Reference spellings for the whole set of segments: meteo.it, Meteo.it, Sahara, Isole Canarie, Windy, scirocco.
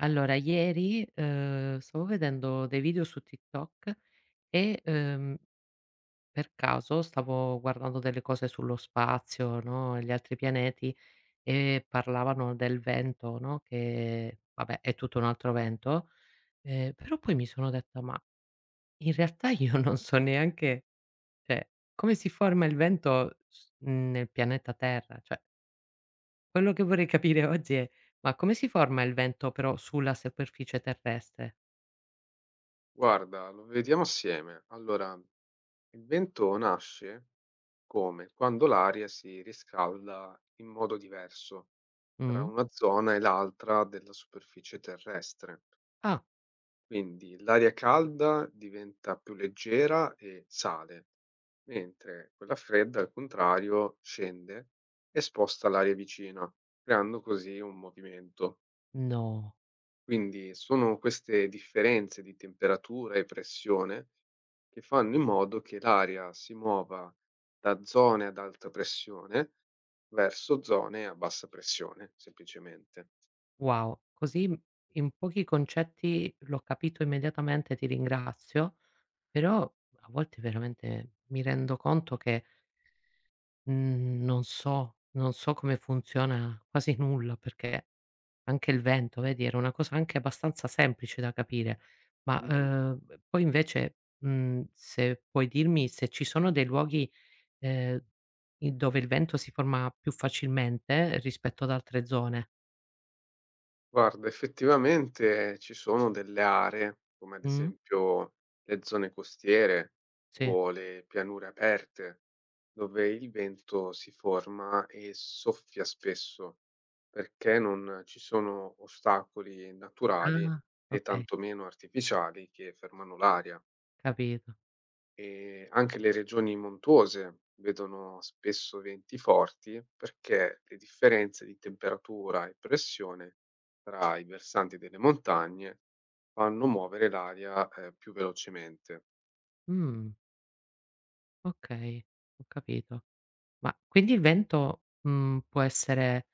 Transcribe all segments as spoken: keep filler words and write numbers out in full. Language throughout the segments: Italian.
Allora ieri, ehm, stavo vedendo dei video su TikTok e, ehm, per caso stavo guardando delle cose sullo spazio, no, e gli altri pianeti e parlavano del vento, no, che vabbè è tutto un altro vento, ehm, però poi mi sono detta: "Ma in realtà io non so neanche cioè come si forma il vento s mhmm, nel pianeta Terra?" Cioè quello che vorrei capire oggi è: ma come si forma il vento però sulla superficie terrestre? Guarda, lo vediamo assieme. Allora, il vento nasce come quando l'aria si riscalda in modo diverso tra Mh? una zona e l'altra della superficie terrestre. Ah. Quindi l'aria calda diventa più leggera e sale, mentre quella fredda, al contrario, scende e sposta l'aria vicina, creando così un movimento. No, Quindi sono queste differenze di temperatura e pressione che fanno in modo che l'aria si muova da zone ad alta pressione verso zone a bassa pressione, semplicemente. wow, così m in pochi concetti l'ho capito immediatamente, ti ringrazio, però a volte veramente mi rendo conto che, mhmm, non so non so come funziona quasi nulla, perché anche il vento, vedi, era una cosa anche abbastanza semplice da capire, ma, ehm, poi invece, mhmm, se puoi dirmi se ci sono dei luoghi, ehm, in dove il vento si forma più facilmente rispetto ad altre zone. Guarda, effettivamente ci sono delle aree, come ad Mh? esempio le zone costiere Sì. o le pianure aperte, dove il vento si forma e soffia spesso, perché non ci sono ostacoli naturali Ah, né okay, tantomeno artificiali che fermano l'aria. capito. Ehm, anche le regioni montuose vedono spesso venti forti, perché le differenze di temperatura e pressione tra i versanti delle montagne fanno muovere l'aria, ehm, più velocemente. Mh, okay, ho capito. Ma quindi il vento, mhmm, può essere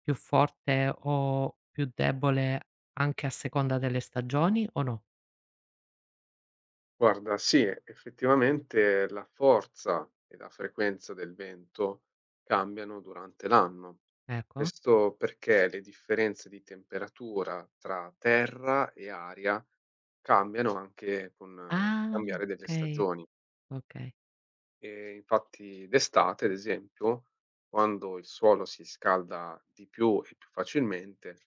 più forte o più debole anche a seconda delle stagioni o no? Guarda, sì, effettivamente la forza e la frequenza del vento cambiano durante l'anno. Ecco. Questo perché le differenze di temperatura tra terra e aria cambiano anche con eh, il Ah, cambiare delle okay, stagioni. okay. E infatti d'estate, ad esempio, quando il suolo si scalda di più e più facilmente,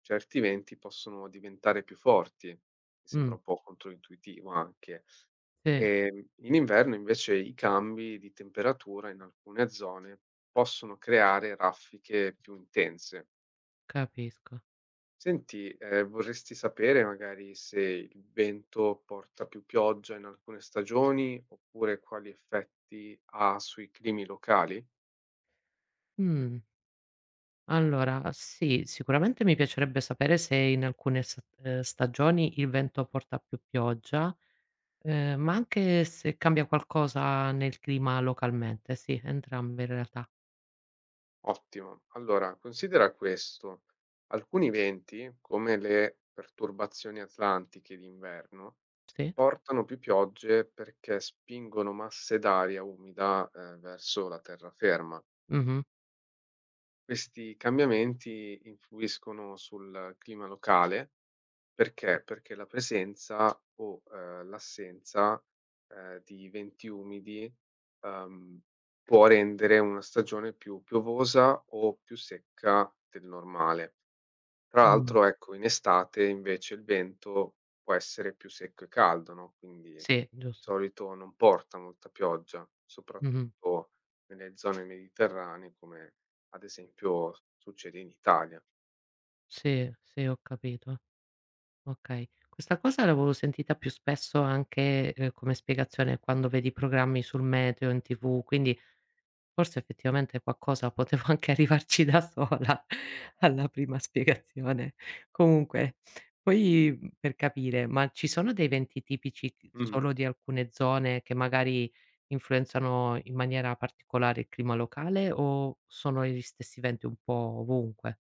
certi venti possono diventare più forti. Mi sembra Mh, un po' controintuitivo anche. sì, Ehm, in inverno invece i cambi di temperatura in alcune zone possono creare raffiche più intense. capisco. Senti, eh, vorresti sapere magari se il vento porta più pioggia in alcune stagioni oppure quali effetti ha sui climi locali? Mh, allora sì, sicuramente mi piacerebbe sapere se in alcune s ehm, stagioni il vento porta più pioggia. Ehm, ma anche se cambia qualcosa nel clima localmente, sì, entrambe in realtà. Ottimo. Allora, considera questo. Alcuni venti, come le perturbazioni atlantiche d'inverno, Sì. portano più piogge perché spingono masse d'aria umida, ehm, verso la terraferma. Mh-mh. Questi cambiamenti influiscono sul clima locale perché? Perché la presenza o, ehm, l'assenza, ehm, di venti umidi, ehm, può rendere una stagione più piovosa o più secca del normale. Tra Mh. l'altro, ecco, in estate invece il vento può essere più secco e caldo, no, quindi di Sì, giusto. solito non porta molta pioggia, Mh-mh. soprattutto nelle zone mediterranee, come ad esempio succede in Italia. Sì, sì, ho capito. Okay. Questa cosa l'avevo sentita più spesso anche, ehm, come spiegazione quando vedi programmi sul meteo in T V, quindi forse effettivamente qualcosa potevo anche arrivarci da sola alla prima spiegazione. Comunque, poi, mhmm, per capire, ma ci sono dei venti tipici c Mh-mh. solo di alcune zone che magari influenzano in maniera particolare il clima locale o sono gli stessi venti un po' ovunque?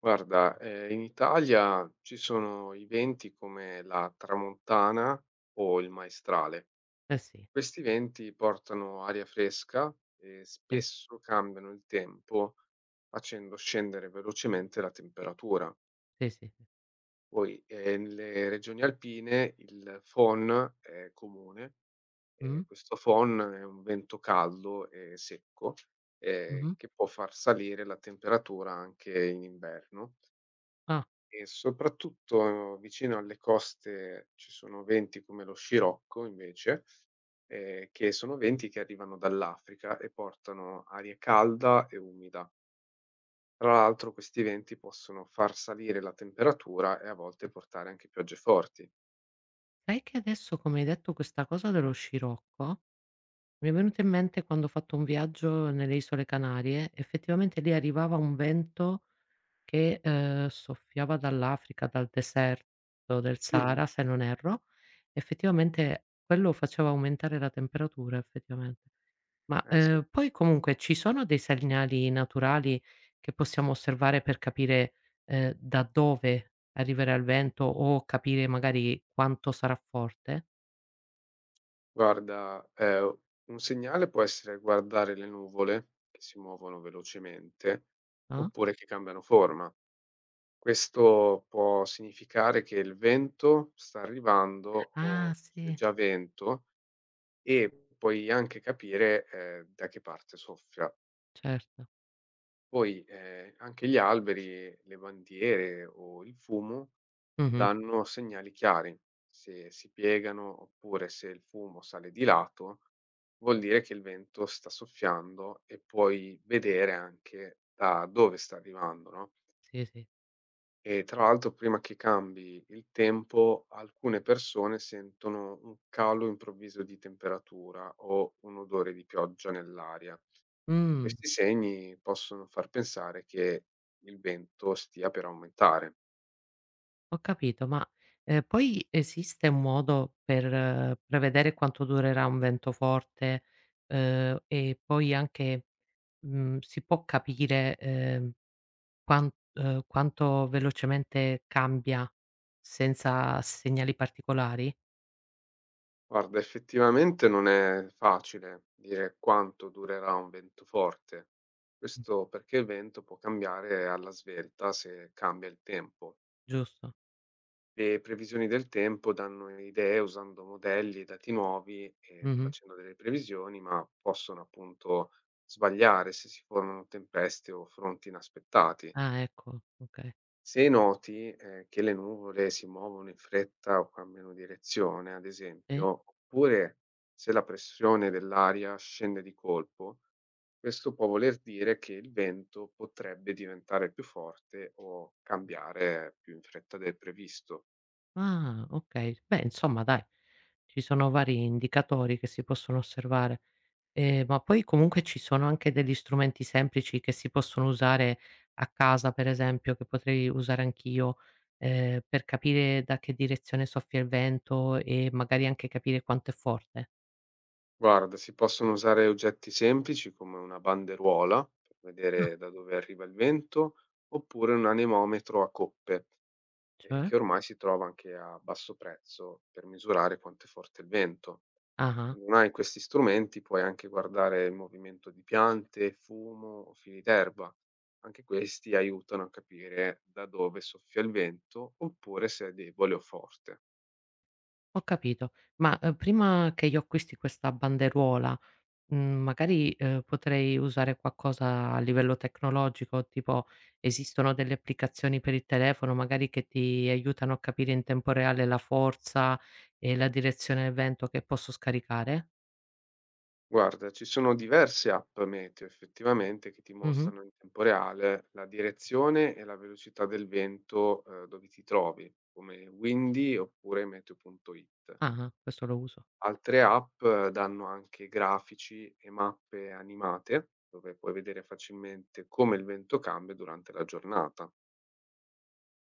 Guarda, ehm, in Italia ci sono i venti come la tramontana o il maestrale. Eh sì, Questi venti portano aria fresca e sì, spesso cambiano il tempo facendo scendere velocemente la temperatura. sì, sì, sì. Poi eh, nelle regioni alpine il FON è comune e Mh, questo FON è un vento caldo e secco, eh, mh-mh. che può far salire la temperatura anche in inverno, Ah, e soprattutto eh, vicino alle coste ci sono venti come lo scirocco invece, ehm, che sono venti che arrivano dall'Africa e portano aria calda e umida. Tra l'altro questi venti possono far salire la temperatura e a volte portare anche piogge forti. sai che adesso come hai detto questa cosa dello scirocco, mi è venuto in mente quando ho fatto un viaggio nelle Isole Canarie, effettivamente lì arrivava un vento che, ehm, soffiava dall'Africa, dal deserto del Mh-mh. Sahara, se non erro, effettivamente quello faceva aumentare la temperatura, effettivamente. Ma, Eh sì. ehm, poi comunque ci sono dei segnali naturali che possiamo osservare per capire, ehm, da dove arriverà il vento o capire magari quanto sarà forte? Guarda, ehm, un segnale può essere guardare le nuvole che si muovono velocemente, No? oppure che cambiano forma. Questo può significare che il vento sta arrivando Ah o c'è sì, già vento, e puoi anche capire, ehm, da che parte soffia. certo. Poi, ehm, anche gli alberi, le bandiere o il fumo Mh-mh. danno segnali chiari. Se si piegano oppure se il fumo sale di lato, vuol dire che il vento sta soffiando e puoi vedere anche da dove sta arrivando, no? Sì, sì. E tra l'altro prima che cambi il tempo, alcune persone sentono un calo improvviso di temperatura o un odore di pioggia nell'aria. Mh, Questi segni possono far pensare che il vento stia per aumentare. ho capito, ma, ehm, poi esiste un modo per eh, prevedere quanto durerà un vento forte, ehm, e poi anche, mhmm, si può capire, ehm, quan ehm, quanto velocemente cambia senza segnali particolari? Guarda, effettivamente non è facile dire quanto durerà un vento forte. Mh, Questo perché il vento può cambiare alla svelta se cambia il tempo. giusto? Le previsioni del tempo danno idee usando modelli e dati nuovi e Mh-mh. facendo delle previsioni, ma possono appunto sbagliare se si formano tempeste o fronti inaspettati. Ah, ecco, okay. Se noti, eh, che le nuvole si muovono in fretta o cambiano direzione, ad Sì? esempio, oppure se la pressione dell'aria scende di colpo, questo può voler dire che il vento potrebbe diventare più forte o cambiare più in fretta del previsto. Ah, okay. Beh, insomma dai, ci sono vari indicatori che si possono osservare. Ehm, ma poi comunque ci sono anche degli strumenti semplici che si possono usare a casa, per esempio, che potrei usare anch'io, ehm, per capire da che direzione soffia il vento e magari anche capire quanto è forte? Guarda, si possono usare oggetti semplici come una banderuola per Ah. vedere da dove arriva il vento, oppure un anemometro a coppe, eh, Cioè? che ormai si trova anche a basso prezzo per misurare quanto è forte il vento. Se Ah-ah, non hai questi strumenti, puoi anche guardare il movimento di piante, fumo o fili d'erba. Anche questi aiutano a capire da dove soffia il vento, oppure se è debole o forte. ho capito. Ma, uhm, prima che io acquisti questa banderuola, Mhmm, magari, ehm, potrei usare qualcosa a livello tecnologico, tipo esistono delle applicazioni per il telefono magari che ti aiutano a capire in tempo reale la forza e la direzione del vento che posso scaricare? Guarda, ci sono diverse app meteo effettivamente che ti Mh-mh. mostrano in tempo reale la direzione e la velocità del vento, eh, dove ti trovi, come Windy oppure meteo punto it. Ah-ah, questo lo uso. Altre app, eh, danno anche grafici e mappe animate dove puoi vedere facilmente come il vento cambia durante la giornata.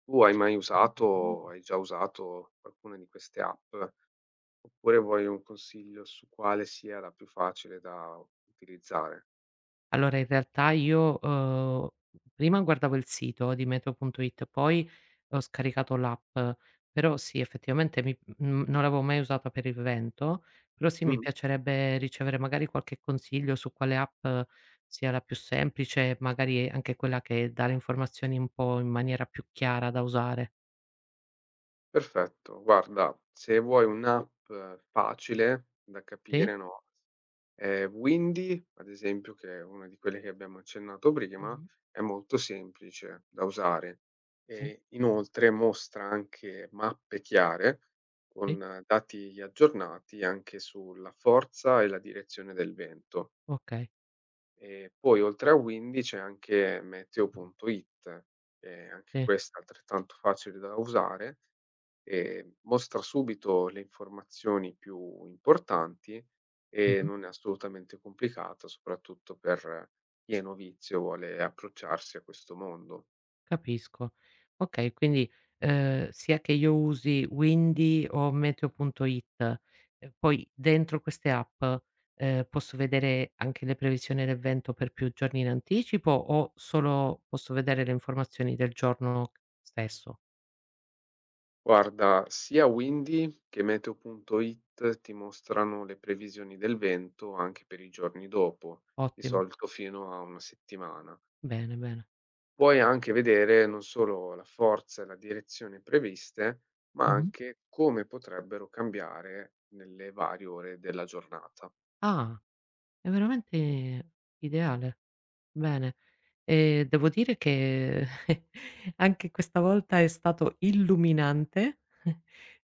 Tu hai mai usato o hai già usato alcune di queste app oppure vuoi un consiglio su quale sia la più facile da utilizzare? Allora in realtà io, uhm, prima guardavo il sito di meteo.it, poi ho scaricato l'app, però sì effettivamente mi mhmm, non l'avevo mai usata per il vento, però sì mi piacerebbe ricevere magari qualche consiglio su quale app eh, sia la più semplice, magari anche quella che dà le informazioni un po' in maniera più chiara da usare. Perfetto, guarda, se vuoi un'app, eh, facile da Sì? capire, no, ehm, Windy, ad esempio, che è una di quelle che abbiamo accennato prima, Mh-mh. è molto semplice da usare Sì, e inoltre mostra anche mappe chiare sì, con, eh, dati aggiornati anche sulla forza e la direzione del vento. okay, E poi oltre a Windy c'è anche meteo punto it, che è anche sì. questa è altrettanto facile da usare, ehm, mostra subito le informazioni più importanti e non è assolutamente complicata, soprattutto per chi è novizio e vuole approcciarsi a questo mondo. Capisco. Okay, quindi, ehm, sia che io usi Windy o Meteo.it, e poi dentro queste app, ehm, posso vedere anche le previsioni del vento per più giorni in anticipo o solo posso vedere le informazioni del giorno stesso? Guarda, sia Windy che meteo punto it ti mostrano le previsioni del vento anche per i giorni dopo, di Ottimo, solito fino a una settimana. bene, bene. Puoi anche vedere non solo la forza e la direzione previste, ma Mh-mh. anche come potrebbero cambiare nelle varie ore della giornata. Ah, è veramente ideale, bene. Ehm, devo dire che anche questa volta è stato illuminante.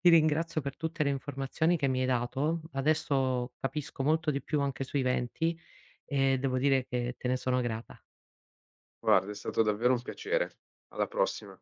Ti ringrazio per tutte le informazioni che mi hai dato. Adesso capisco molto di più anche sui venti e devo dire che te ne sono grata. Guarda, è stato davvero un piacere. Alla prossima.